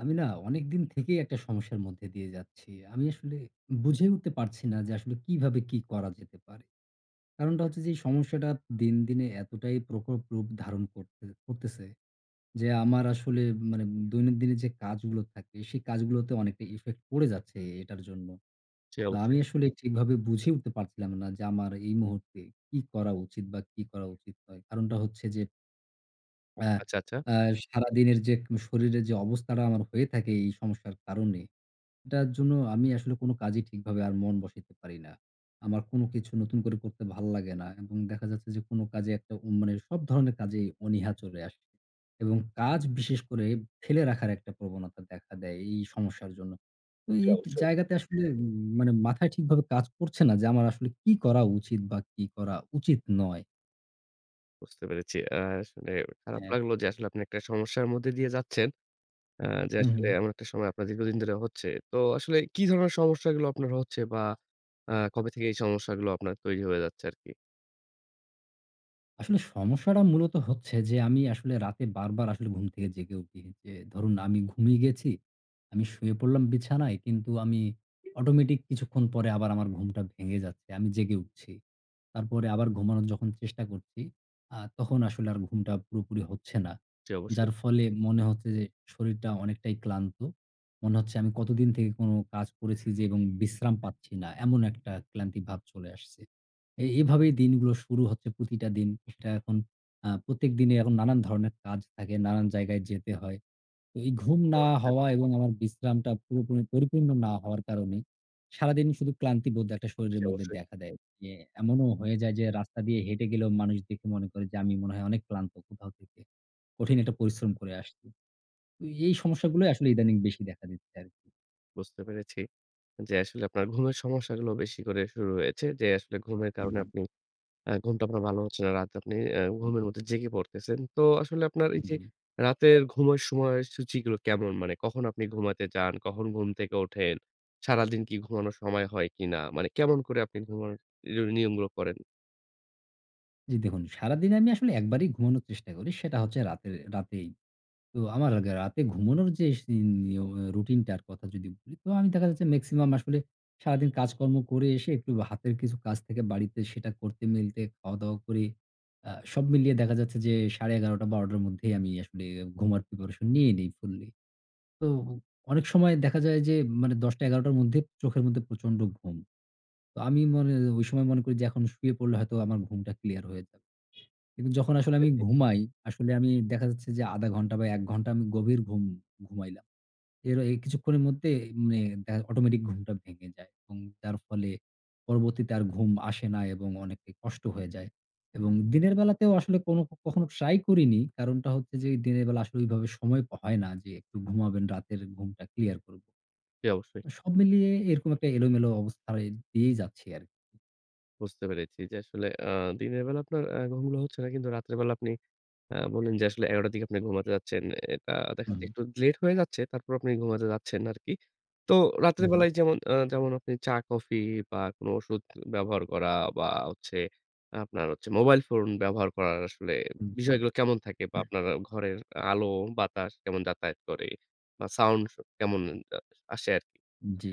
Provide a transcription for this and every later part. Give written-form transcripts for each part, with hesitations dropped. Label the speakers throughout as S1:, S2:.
S1: আমি না অনেকদিন থেকেই একটা সমস্যার মধ্যে দিয়ে যাচ্ছি। আমি আসলে বুঝে উঠতে পারছি না যে আসলে কিভাবে কি করা যেতে পারে? কারণটা হচ্ছে যে এই সমস্যাটা দিনে এতটাই প্রকোপ রূপ ধারণ করতে করতেছে যে আমার আসলে মানে দৈনন্দিনের যে কাজগুলো থাকে সেই কাজগুলোতে অনেকটা ইফেক্ট পড়ে যাচ্ছে এটার জন্য।
S2: জি,
S1: তো আমি
S2: অবশ্যই।
S1: আসলে ঠিকভাবে বুঝে উঠতে পারছিলাম না যে আমার এই মুহূর্তে কি করা উচিত বা কি করা উচিত নয়। কারণটা হচ্ছে যে অ্যা
S2: আচ্ছা, আচ্ছা।
S1: আ সারাদিনের যে শরীরের যে অবস্থাটা আমার হয়ে থাকে এই সমস্যার কারণে এটার জন্য আমি আসলে কোনো কাজই ঠিকভাবে আর মন বসাইতে পারি না। আমার কোনো কিছু নতুন করে করতে ভাল লাগে না, এবং দেখা যাচ্ছে যে কোনো কাজে একটা মানে সব ধরনের কাজেই অনীহা চলে আসে, এবং কাজ বিশেষ করে ফেলে রাখার একটা প্রবণতা দেখা দেয় এই সমস্যার জন্য। তো
S2: জি,
S1: এই
S2: অবশ্যই।
S1: জায়গাতে আসলে হ্যাঁ। মানে মাথায় ঠিকভাবে কাজ করছে না যে আমার আসলে কি করা উচিত বা কি করা উচিত নয়?
S2: বুঝতে পেরেছি। শুনে খারাপ
S1: হ্যাঁ।
S2: লাগলো যে আসলে আপনি একটা সমস্যার মধ্যে দিয়ে যাচ্ছেন। আ যে
S1: হুম,
S2: আসলে
S1: হুম।
S2: এমন একটা সময় আপনার দীর্ঘদিন ধরে হচ্ছে। তো আসলে কি ধরনের সমস্যাগুলো আপনার হচ্ছে বা কবে থেকে এই সমস্যাগুলো আপনার তৈরি হয়ে যাচ্ছে আরকি?
S1: আসলে সমস্যাটা মূলত হচ্ছে যে আমি আসলে রাতে বারবার আসলে ঘুম থেকে জেগে উঠি। যে ধরুন আমি ঘুমিয়ে গেছি, আমি শুয়ে পড়লাম বিছানায়, কিন্তু আমি অটোমেটিক কিছুক্ষণ পরে আবার আমার ঘুমটা ভেঙে যাচ্ছে। আমি জেগে উঠছি। তারপরে আবার ঘুমানোর যখন চেষ্টা করছি, তখন আসলে আর ঘুমটা পুরোপুরি হচ্ছে না।
S2: জি, অবশ্যই।
S1: যার ফলে মনে হচ্ছে যে শরীরটা অনেকটাই ক্লান্ত। মনে হচ্ছে আমি কতদিন থেকে কোনো কাজ করেছি যে, এবং বিশ্রাম পাচ্ছি না। এমন একটা ক্লান্তি ভাব চলে আসছে। এভাবেই দিনগুলো শুরু হচ্ছে প্রতিটা দিন। সেটা এখন প্রত্যেক দিনে এখন নানান ধরনের কাজ থাকে, নানান জায়গায় যেতে হয়। তো এই ঘুম
S2: ও
S1: না
S2: আচ্ছা।
S1: হওয়া এবং আমার বিশ্রামটা পুরোপুরি পরিপূর্ণ না হওয়ার কারণে সারাদিন শুধু ক্লান্তিবোধ একটা
S2: জি,
S1: শরীরের মধ্যে
S2: অবশ্যই।
S1: দেখা দেয়। যে এমনও হয়ে যায় যে রাস্তা দিয়ে হেঁটে গেলেও মানুষ দেখে মনে করে যে আমি মনে হয় অনেক ক্লান্ত কোথাও থেকে। কঠিন একটা পরিশ্রম করে আসছি। তো এই সমস্যাগুলোই আসলে ইদানিং বেশি দেখা দিচ্ছে আরকি।
S2: বুঝতে পেরেছি যে আসলে আপনার ঘুমের সমস্যাগুলো বেশি করে শুরু হয়েছে। যে আসলে ঘুমের
S1: হুম,
S2: কারণে আপনি ঘুমটা আপনার ভালো হচ্ছে না। রাতে আপনি ঘুমের মধ্যে জেগে পড়তেছেন। তো আসলে আপনার এই যে
S1: জি,
S2: রাতের ঘুমের সময়সূচিগুলো কেমন? মানে কখন আপনি ঘুমাতে যান? কখন ঘুম থেকে ওঠেন? সারাদিন কি ঘুমানোর সময় হয় কিনা? মানে কেমন করে আপনি ঘুমানোর নিয়মগুলো করেন?
S1: জি, দেখুন সারাদিন আমি আসলে একবারই ঘুমানোর চেষ্টা করি। সেটা হচ্ছে রাতের, রাতেই। তো আমার রাতে ঘুমানোর যে নিয়ম রুটিনটার কথা যদি বলি, তো আমি দেখা যাচ্ছে মেক্সিমাম আসলে সারাদিন কাজকর্ম করে এসে একটু হাতের কিছু কাজ থেকে বাড়িতে সেটা করতে মিলতে খাওয়া-দাওয়া করে সব মিলিয়ে দেখা যাচ্ছে যে 11:30 ১২:০০ র মধ্যেই আমি আসলে ঘুমার প্রিপারেশন নিয়ে নেই ফুললি। তো অনেক সময় দেখা যায় যে মানে ১০টা ১১ঃ০০ র মধ্যে চোখের মধ্যে প্রচন্ড ঘুম। তো আমি ওই সময় মনে করি যে এখন শুয়ে পড়লে হয়তো আমার ঘুমটা ক্লিয়ার হয়ে যাবে। কিন্তু যখন আসলে আমি ঘুমাই, আসলে আমি দেখা যাচ্ছে যে ০.৫ ঘন্টা বা ১ ঘন্টা আমি গভীর ঘুম ঘুমাইলাম। এই কিছুক্ষণের মধ্যে মানে অটোমেটিক ঘুমটা ভেঙে যায়, এবং যার ফলে পরবর্তীতে আর ঘুম আসে না, এবং অনেকটাই কষ্ট হয়ে যায়। এবং দিনের বেলাতেও আসলে কোনো কখনো ট্রাই করিনি। কারণটা হচ্ছে যে দিনের বেলা আসলে ওইভাবে সময় হয় না যে একটু ঘুমাবেন, রাতের ঘুমটা ক্লিয়ার করব।
S2: জি অবশ্যই।
S1: সব মিলিয়ে এরকম একটা এলোমেলো অবস্থায় দিয়েই যাচ্ছি আরকি।
S2: বুঝতে পেরেছি যে আসলে দিনের বেলা আপনার ঘুমগুলো হচ্ছে না, কিন্তু রাতের বেলা আপনি বললেন যে আসলে ১১টার টার দিকে আপনি ঘুমাতে যাচ্ছেন। এটা দেখা
S1: হুম।
S2: যাচ্ছে একটু লেট হয়ে যাচ্ছে, তারপর আপনি ঘুমাতে যাচ্ছেন আরকি। তো রাতের
S1: হুম,
S2: বেলায় যেমন যেমন আপনি চা, কফি বা কোনো ওষুধ ব্যবহার করা বা হচ্ছে আপনার হচ্ছে মোবাইল ফোন ব্যবহার করার আসলে
S1: হুম, হুম,
S2: বিষয়গুলো কেমন থাকে? বা
S1: হুম।
S2: আপনার ঘরের আলো, বাতাস কেমন যাতায়াত করে? বা সাউন্ড কেমন আ আসে আরকি?
S1: জি।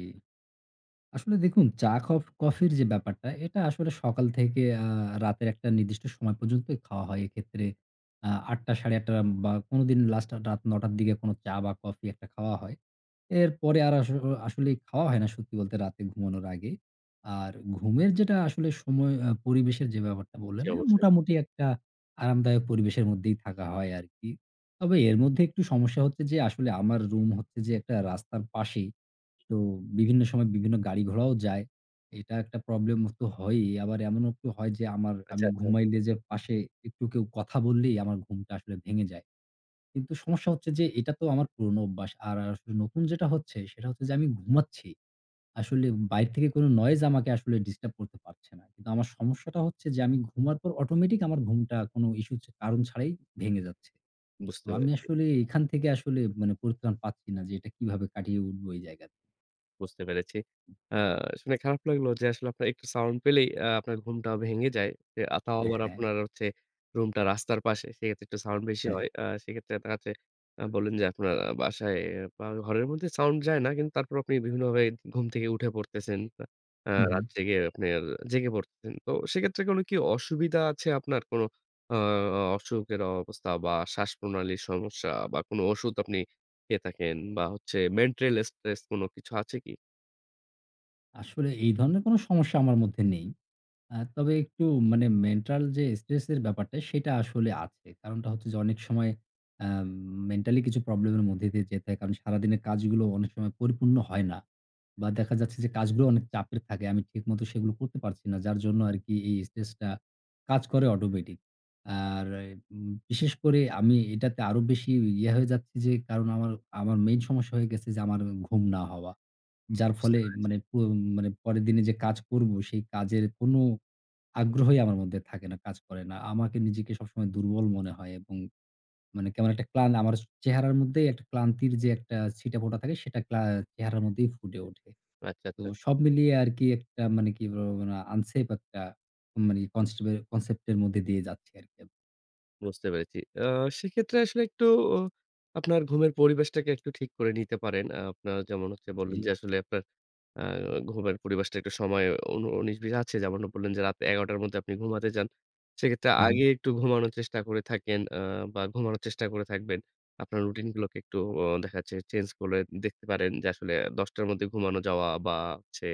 S1: আসলে দেখুন চা কফির যে ব্যাপারটা, এটা আসলে সকাল থেকে রাতের একটা নির্দিষ্ট সময় পর্যন্তই খাওয়া হয়। এক্ষেত্রে ৮ঃ০০ ৮ঃ৩০ বা কোনোদিন লাস্ট রাত ৯ঃ০০ র দিকে কোনো চা বা কফি একটা খাওয়া হয়। এরপরে আর আসলেই খাওয়া হয় না সত্যি বলতে রাতে ঘুমানোর আগে। আর ঘুমের যেটা আসলে সময় পরিবেশের যে ব্যাপারটা
S2: জি
S1: বললেন, হ্যাঁ,
S2: অবশ্যই।
S1: মোটামুটি একটা আরামদায়ক পরিবেশের মধ্যেই থাকা হয় আরকি। তবে এর মধ্যে একটু সমস্যা হচ্ছে যে আসলে আমার রুম হচ্ছে যে একটা রাস্তার পাশেই। তো বিভিন্ন সময় বিভিন্ন গাড়ি ঘোড়াও যায়। এটা একটা প্রবলেম তো হয়ই। আবার এমনও একটু হয় যে আমার
S2: আচ্ছা,
S1: আমি
S2: আচ্ছা।
S1: ঘুমাইলে যে পাশে একটু কেউ কথা বললেই আমার ঘুমটা আসলে ভেঙে যায়। কিন্তু সমস্যা হচ্ছে যে এটা তো আমার পুরনো অভ্যাস। আর আসলে নতুন যেটা হচ্ছে সেটা হচ্ছে যে আমি ঘুমাচ্ছি। আসলে বাইরে থেকে কোন নয়েজ আমাকে আসলে ডিস্টার্ব করতে পারছে না। কিন্তু আমার সমস্যাটা হচ্ছে যে আমি ঘুমার পর অটোমেটিক আমার ঘুমটা কোন ইস্যু, কারণ ছাড়াই ভেঙে যাচ্ছে। তো
S2: বুঝতে
S1: আমি
S2: পেরেছি।
S1: আসলে এখান থেকে আসলে মানে পরিত্রাণ পাচ্ছি না যে এটা কিভাবে কাটিয়ে উঠবো এই জায়গা।
S2: বুঝতে পেরেছি। আ শুনে খারাপ লাগলো যে আসলে আপনার একটু সাউন্ড পেলেই আপনার ঘুমটা ভেঙে যায়। যে তাও
S1: হ্যাঁ,
S2: আবার
S1: হ্যাঁ।
S2: আপনার হচ্ছে রুমটা রাস্তার পাশে। সেক্ষেত্রে একটু সাউন্ড বেশি
S1: হ্যাঁ।
S2: হয়। সেক্ষেত্রে দেখা যাচ্ছে বললেন যে আপনার বাসায় বা ঘরের মধ্যে সাউন্ড যায় না। কিন্তু তারপর আপনি বিভিন্নভাবে ঘুম থেকে উঠে পড়তেছেন।
S1: হুম, হুম।
S2: রাত জেগে আপনার জেগে পড়তেছেন। তো সেক্ষেত্রে কোনো কি অসুবিধা আছে আপনার? কোনো আ অসুখের অবস্থা বা শ্বাসপ্রণালীর সমস্যা বা কোনো ওষুধ আপনি খেয়ে থাকেন বা হচ্ছে মেন্টাল স্ট্রেস কোনো কিছু আছে কি?
S1: আসলে এই ধরনের কোন সমস্যা আমার মধ্যে নেই। তবে একটু মানে মেন্টাল যে স্ট্রেস এর ব্যাপারটা সেটা আসলে আছে। কারণটা হচ্ছে যে অনেক সময় আ মেন্টালি কিছু প্রবলেম এর মধ্যে দিয়ে যেতে হয়। কারণ সারাদিনের কাজগুলো অনেক সময় পরিপূর্ণ হয় না। বা দেখা যাচ্ছে যে কাজগুলো অনেক চাপের থাকে। আমি ঠিকমতো সেগুলো করতে পারছি না। যার জন্য আরকি এই স্ট্রেসটা কাজ করে অটোমেটিক। আর বিশেষ করে আমি এটাতে আরো বেশি ইয়ে হয়ে যাচ্ছি যে কারণ আমার মেইন সমস্যা হয়ে গেছে যে আমার ঘুম না হওয়া। যার
S2: বুঝতে
S1: ফলে
S2: পারলাম।
S1: মানে পরের দিনে যে কাজ করব সেই কাজের কোনো আগ্রহই আমার মধ্যে থাকে না, কাজ করে না। আমাকে নিজেকে সবসময় দুর্বল মনে হয়, এবং মানে কেমন একটা আমার চেহারার মধ্যেই একটা ক্লান্তির যে একটা ছিটেফোঁটা থাকে সেটা চেহারার মধ্যেই ফুটে ওঠে।
S2: আচ্ছা,
S1: তো
S2: আচ্ছা।
S1: সব মিলিয়ে আরকি একটা মানে কি বলবো, মানে আনসেফ একটা মানে কনস্টেবল কনসেপ্ট এর মধ্যে দিয়ে যাচ্ছি আরকি।
S2: বুঝতে পেরেছি। সেক্ষেত্রে আসলে একটু আহ, আপনার ঘুমের পরিবেশটাকে একটু ঠিক করে নিতে পারেন। আপনার যেমন হচ্ছে বললেন
S1: জি।
S2: যে আসলে আপনার আ ঘুমের পরিবেশটা একটু সময় অনু ১৯-২০ আছে। যেমনটা বললেন যে রাত ১১ঃ০০ র মধ্যে আপনি ঘুমাতে যান। সেক্ষেত্রে
S1: হুম,
S2: আগে একটু ঘুমানোর চেষ্টা করে থাকেন বা ঘুমানোর চেষ্টা করে থাকবেন। আপনার রুটিন গুলোকে একটু দেখা যাচ্ছে চেঞ্জ করে দেখতে পারেন যে আসলে ১০ঃ০০ র মধ্যে ঘুমানো যাওয়া বা হচ্ছে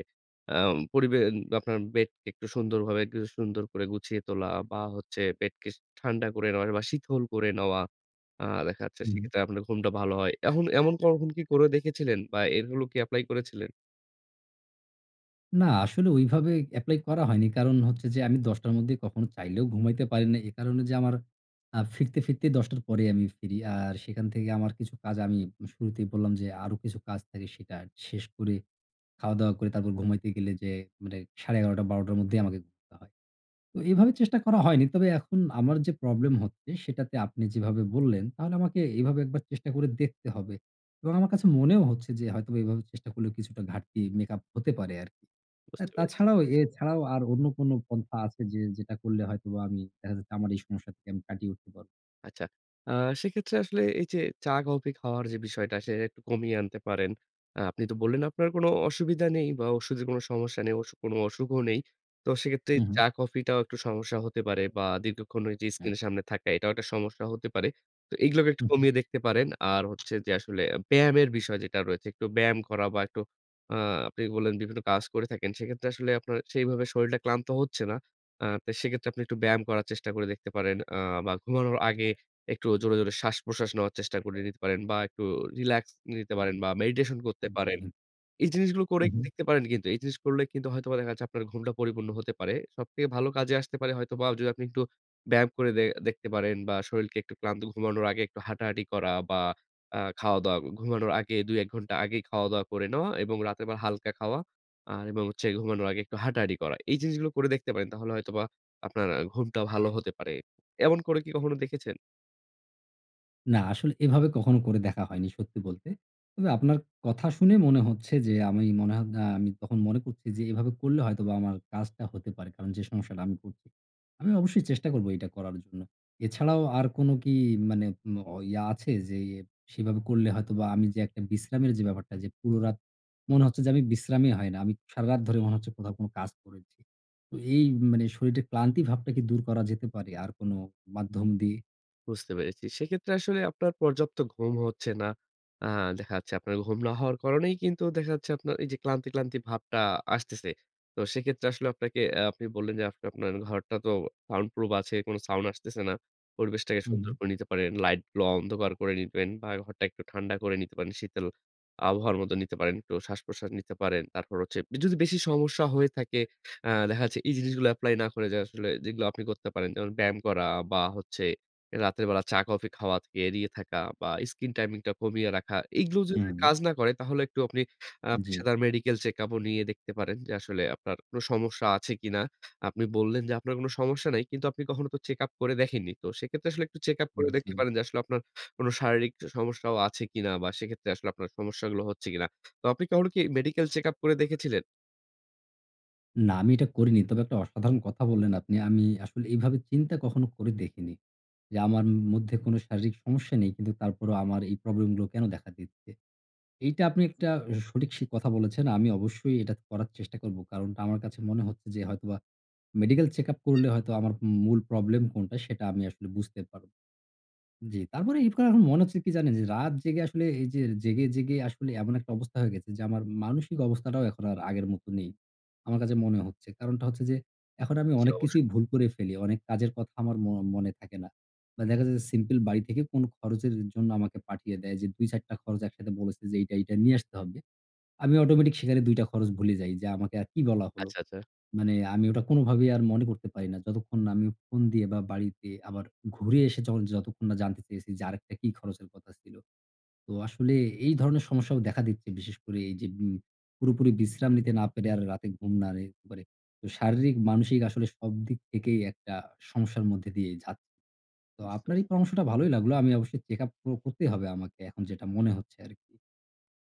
S2: আম পরিবে আপনার বেডকে একটু সুন্দরভাবে, একটু সুন্দর করে গুছিয়ে তোলা বা হচ্ছে বেডকে ঠান্ডা করে নেওয়া বা শীতল করে নেওয়া। দেখা যাচ্ছে
S1: হুম।
S2: সেক্ষেত্রে আপনার ঘুমটা ভালো হয়। এখন এমন কখন কি করে দেখেছিলেন বা এগুলো কি এপ্লাই করেছিলেন?
S1: না, আসলে ওইভাবে এপ্লাই করা হয়নি। কারণ হচ্ছে যে আমি ১০ টার মধ্যে কখনো চাইলেও ঘুমাইতে পারি না। এ কারণে যে আমার ফিরতেই ১০ টার পরে আমি ফিরি। আর সেখান থেকে আমার কিছু কাজ আমি শুরুতেই বললাম যে আরো কিছু কাজ থাকে সেটা শেষ করে খাওয়া-দাওয়া করে তারপর ঘুমাইতে গেলে যে মানে ১১:৩০-১২ টার মধ্যেই আমাকে ঘুমাতে হয়। তো এভাবে চেষ্টা করা হয়নি। তবে এখন আমার যে প্রবলেম হচ্ছে সেটাতে আপনি যেভাবে বললেন তাহলে আমাকে এভাবে একবার চেষ্টা করে দেখতে হবে। এবং আমার কাছে মনেও হচ্ছে যে হয়তোবা এভাবে চেষ্টা করলে কিছুটা ঘাটতি মেকআপ হতে পারে আর কি। আ
S2: বুঝতে পেরেছি।
S1: তাছাড়াও এছাড়াও আর অন্য কোনো পন্থা আছে যে যেটা করলে হয়তোবা আমি দেখা যাচ্ছে আমার এই সমস্যা থেকে আমি কাটিয়ে উঠতে পারব?
S2: আচ্ছা। আ সেক্ষেত্রে আসলে এই যে চা, কফি খাওয়ার যে বিষয়টা সেটা একটু কমিয়ে আনতে পারেন। আপনি তো বললেন আপনার কোনো অসুবিধা নেই বা ওষুধের কোনো সমস্যা নেই, কোনো অসুখও নেই। তো সেক্ষেত্রে
S1: হু, হু।
S2: চা, কফিটাও একটু সমস্যা হতে পারে বা দীর্ঘক্ষণ ওই যে
S1: আ
S2: স্ক্রিনের সামনে থাকা, এটাও একটা সমস্যা হতে পারে। তো এগুলোকে একটু
S1: হু, হু।
S2: কমিয়ে দেখতে পারেন। আর হচ্ছে যে আসলে ব্যায়ামের বিষয় যেটা রয়েছে, একটু ব্যায়াম করা বা একটু আ আপনি বললেন বিভিন্ন কাজ করে থাকেন। সেক্ষেত্রে আসলে আপনার সেইভাবে শরীরটা ক্লান্ত হচ্ছে না। তো সেক্ষেত্রে আপনি একটু ব্যায়াম করার চেষ্টা করে দেখতে পারেন। বা ঘুমানোর আগে একটু জোরে, জোরে শ্বাস-প্রশ্বাস নেওয়ার চেষ্টা করে নিতে পারেন বা একটু রিল্যাক্স নিতে
S1: জি,
S2: পারেন বা মেডিটেশন করতে
S1: জি।
S2: পারেন। এই জিনিসগুলো করে
S1: হু, হু।
S2: দেখতে পারেন কিন্তু। এই জিনিস করলে কিন্তু হয়তোবা দেখা যাচ্ছে আপনার ঘুমটা পরিপূর্ণ হতে পারে। সবথেকে ভালো কাজে আসতে পারে হয়তোবা, যদি আপনি একটু ব্যায়াম করে দেখতে পারেন বা শরীরকে একটু ক্লান্ত, ঘুমানোর আগে একটু হাঁটাহাঁটি করা বা খাওয়া-দাওয়া ঘুমানোর আগে ২-১ ঘন্টা আগেই খাওয়া-দাওয়া করে নেওয়া এবং রাতের বেলা হালকা খাওয়া আর এবং হচ্ছে ঘুমানোর আগে একটু হাঁটাহাঁটি করা। এই জিনিসগুলো করে দেখতে পারেন। তাহলে হয়তোবা আপনার ঘুমটা ভালো হতে পারে। এমন করে কি কখনো দেখেছেন?
S1: না, আসলে এভাবে কখনো করে দেখা হয়নি সত্যি বলতে। তবে আপনার কথা শুনে মনে হচ্ছে যে আমি মনে হয় আমি তখন মনে করছি যে এভাবে করলে হয়তোবা আমার কাজটা হতে পারে। কারণ যে সমস্যাটা আমি করছি। আমি অবশ্যই চেষ্টা করব এটা করার জন্য। এছাড়াও আর কোন কি মানে উম অ ইয়া আছে যে সেভাবে করলে হয়তোবা আমি যে একটা বিশ্রামের যে ব্যাপারটা যে পুরো রাত মনে হচ্ছে যে আমি বিশ্রামই হয় না। আমি সারারাত ধরে মনে হচ্ছে কোথাও কোন কাজ করেছি। তো এই মানে শরীরের ক্লান্তি ভাবটা কি দূর করা যেতে পারে আর কোন মাধ্যম দিয়ে?
S2: বুঝতে পেরেছি। সেক্ষেত্রে আসলে আপনার পর্যাপ্ত ঘুম হচ্ছে না। আ দেখা যাচ্ছে আপনার ঘুম না হওয়ার কারণেই কিন্তু দেখা যাচ্ছে আপনার এই যে ক্লান্তি, ক্লান্তি ভাবটা আসতেছে। তো সেক্ষেত্রে আসলে আপনাকে আপনি বললেন যে আপনি আপনার ঘরটা তো সাউন্ড প্রুফ আছে, কোন সাউন্ড আসতেছে না। পরিবেশটাকে
S1: হুম,
S2: সুন্দর
S1: হুম।
S2: করে নিতে পারেন। লাইট গুলো অন্ধকার করে নিবেন বা ঘরটা একটু ঠান্ডা করে নিতে পারেন। শীতল আবহাওয়ার মতো নিতে পারেন। একটু শ্বাস-প্রশ্বাস নিতে পারেন। তারপর হচ্ছে যদি বেশি সমস্যা হয়ে থাকে, দেখা যাচ্ছে এই জিনিসগুলো এপ্লাই না করে যে আসলে যেগুলো আপনি করতে পারেন, যেমন ব্যায়াম করা বা হচ্ছে রাতের বেলা চা কফি খাওয়া থেকে এড়িয়ে থাকা বা স্ক্রিন টাইমিং টা কমিয়ে রাখা। এইগুলো যদি
S1: হুম,
S2: কাজ না করে তাহলে একটু আপনি
S1: জি।
S2: পেশাদার মেডিকেল চেকআপ ও নিয়ে দেখতে পারেন যে আসলে আপনার কোনো সমস্যা আছে কিনা। আপনি বললেন যে আপনার কোনো সমস্যা নাই। কিন্তু আপনি কখনো তো চেকআপ করে দেখেননি। তো সেক্ষেত্রে আসলে একটু চেকআপ করে দেখতে
S1: জি।
S2: পারেন যে আসলে আপনার কোনো শারীরিক সমস্যাও আছে কিনা, বা সেক্ষেত্রে আসলে আপনার সমস্যাগুলো হচ্ছে কিনা। তো আপনি কখনো কি মেডিকেল চেকআপ করে দেখেছিলেন?
S1: না, আমি এটা করিনি। তবে একটা অসাধারণ কথা বললেন আপনি। আমি আসলে এভাবে চিন্তা কখনো করে দেখিনি। যে আমার মধ্যে কোনো শারীরিক সমস্যা নেই, কিন্তু তারপরেও আমার এই প্রবলেম গুলো কেন দেখা দিচ্ছে। এইটা আপনি একটা সঠিক কথা বলেছেন। আমি অবশ্যই এটা করার চেষ্টা করব। কারণটা আমার কাছে মনে হচ্ছে যে হয়তোবা মেডিকেল চেকআপ করলে হয়তো আমার মূল প্রবলেম কোনটা সেটা আমি আসলে বুঝতে পারব। জি, তারপরে হুট করে এখন মনে হচ্ছে কি জানেন? যে রাত জেগে আসলে এই যে জেগে, জেগে আসলে এমন একটা অবস্থা হয়ে গেছে যে আমার মানসিক অবস্থাটাও এখন আর আগের মতো নেই। আমার কাছে মনে হচ্ছে। কারণটা হচ্ছে যে এখন আমি
S2: জি,
S1: অনেক কিছুই
S2: অবশ্যই।
S1: ভুল করে ফেলি। অনেক কাজের কথা আমার মনে থাকে না। বা দেখা যায় যে সিম্পল বাড়ি থেকে কোন খরচের জন্য আমাকে পাঠিয়ে দেয় যে ২-৪ টা খরচ একসাথে বলেছে যে এইটা, এইটা নিয়ে আসতে হবে। আমি অটোমেটিক সেখানে ২ টা খরচ ভুলে যাই যে আমাকে আর কি বলা হলো।
S2: আচ্ছা, আচ্ছা।
S1: মানে আমি ওটা কোনোভাবেই আর মনে করতে পারি না, যতক্ষণ না আমি ফোন দিয়ে বা বাড়িতে আবার ঘুরে এসে যখন যতক্ষণ না জানতে চেয়েছি যে আরেকটা কি খরচের কথা ছিল। তো আসলে এই ধরনের সমস্যাও দেখা দিচ্ছে। বিশেষ করে এই যে পুরোপুরি বিশ্রাম নিতে না পেরে আর রাতে ঘুম না পারে। তো শারীরিক, মানসিক আসলে সব দিক থেকেই একটা সমস্যার মধ্যে দিয়ে যাচ্ছি। তো
S2: বুঝতে
S1: আপনার এই
S2: পারছি।
S1: পরামর্শটা ভালোই লাগলো। আমি অবশ্যই চেক আপ করতেই হবে আমাকে, এখন যেটা মনে হচ্ছে আরকি।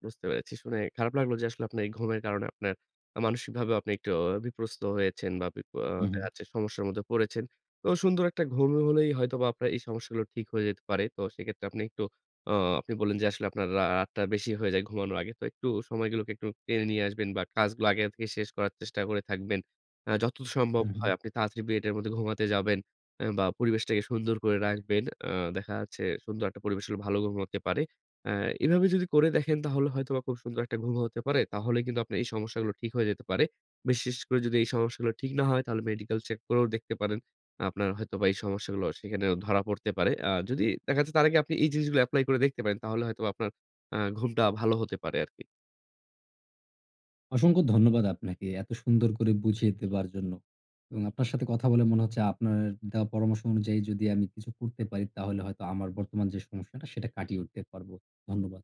S2: বুঝতে পেরেছি। শুনে খারাপ লাগলো যে আসলে আপনার এই ঘুমের কারণে আপনার মানসিকভাবেও আপনি একটু বিপ্রস্ত হয়েছেন বা বিপ আ
S1: হু, হু।
S2: দেখা যাচ্ছে সমস্যার মধ্যে পড়েছেন। তো সুন্দর একটা ঘুম হলেই হয়তোবা আপনার এই সমস্যাগুলো ঠিক হয়ে যেতে পারে। তো সেক্ষেত্রে আপনি একটু আ আপনি বললেন যে আসলে আপনার রাতটা বেশি হয়ে যায় ঘুমানোর আগে। তো একটু সময়গুলোকে একটু টেনে নিয়ে আসবেন বা কাজগুলো আগে থেকে শেষ করার চেষ্টা করে থাকবেন। যতদূর সম্ভব
S1: হু, হু।
S2: হয় আপনি তাড়াতাড়ি বেডের মধ্যে ঘুমাতে যাবেন বা পরিবেশটাকে সুন্দর করে রাখবেন। দেখা যাচ্ছে সুন্দর একটা পরিবেশ হলে ভালো ঘুম হতে পারে। অ্যা এভাবে যদি করে দেখেন তাহলে হয়তোবা খুব সুন্দর একটা ঘুম হতে পারে। তাহলে কিন্তু আপনার এই সমস্যাগুলো ঠিক হয়ে যেতে পারে। বিশেষ করে যদি এই সমস্যাগুলো ঠিক না হয় তাহলে মেডিকেল চেক করেও দেখতে পারেন। আপনার হয়তোবা এই সমস্যাগুলো সেখানেও ধরা পড়তে পারে। যদি দেখা যাচ্ছে তার আগে আপনি এই জিনিসগুলো এপ্লাই করে দেখতে পারেন তাহলে হয়তোবা আপনার ঘুমটা ভালো হতে পারে আরকি।
S1: অসংখ্য ধন্যবাদ আপনাকে এত সুন্দর করে বুঝিয়ে দেবার জন্য। এবং আপনার সাথে কথা বলে মনে হচ্ছে আপনার দেওয়া পরামর্শ অনুযায়ী যদি আমি কিছু করতে পারি তাহলে হয়তো আমার বর্তমান যে সমস্যাটা সেটা কাটিয়ে উঠতে পারবো। ধন্যবাদ।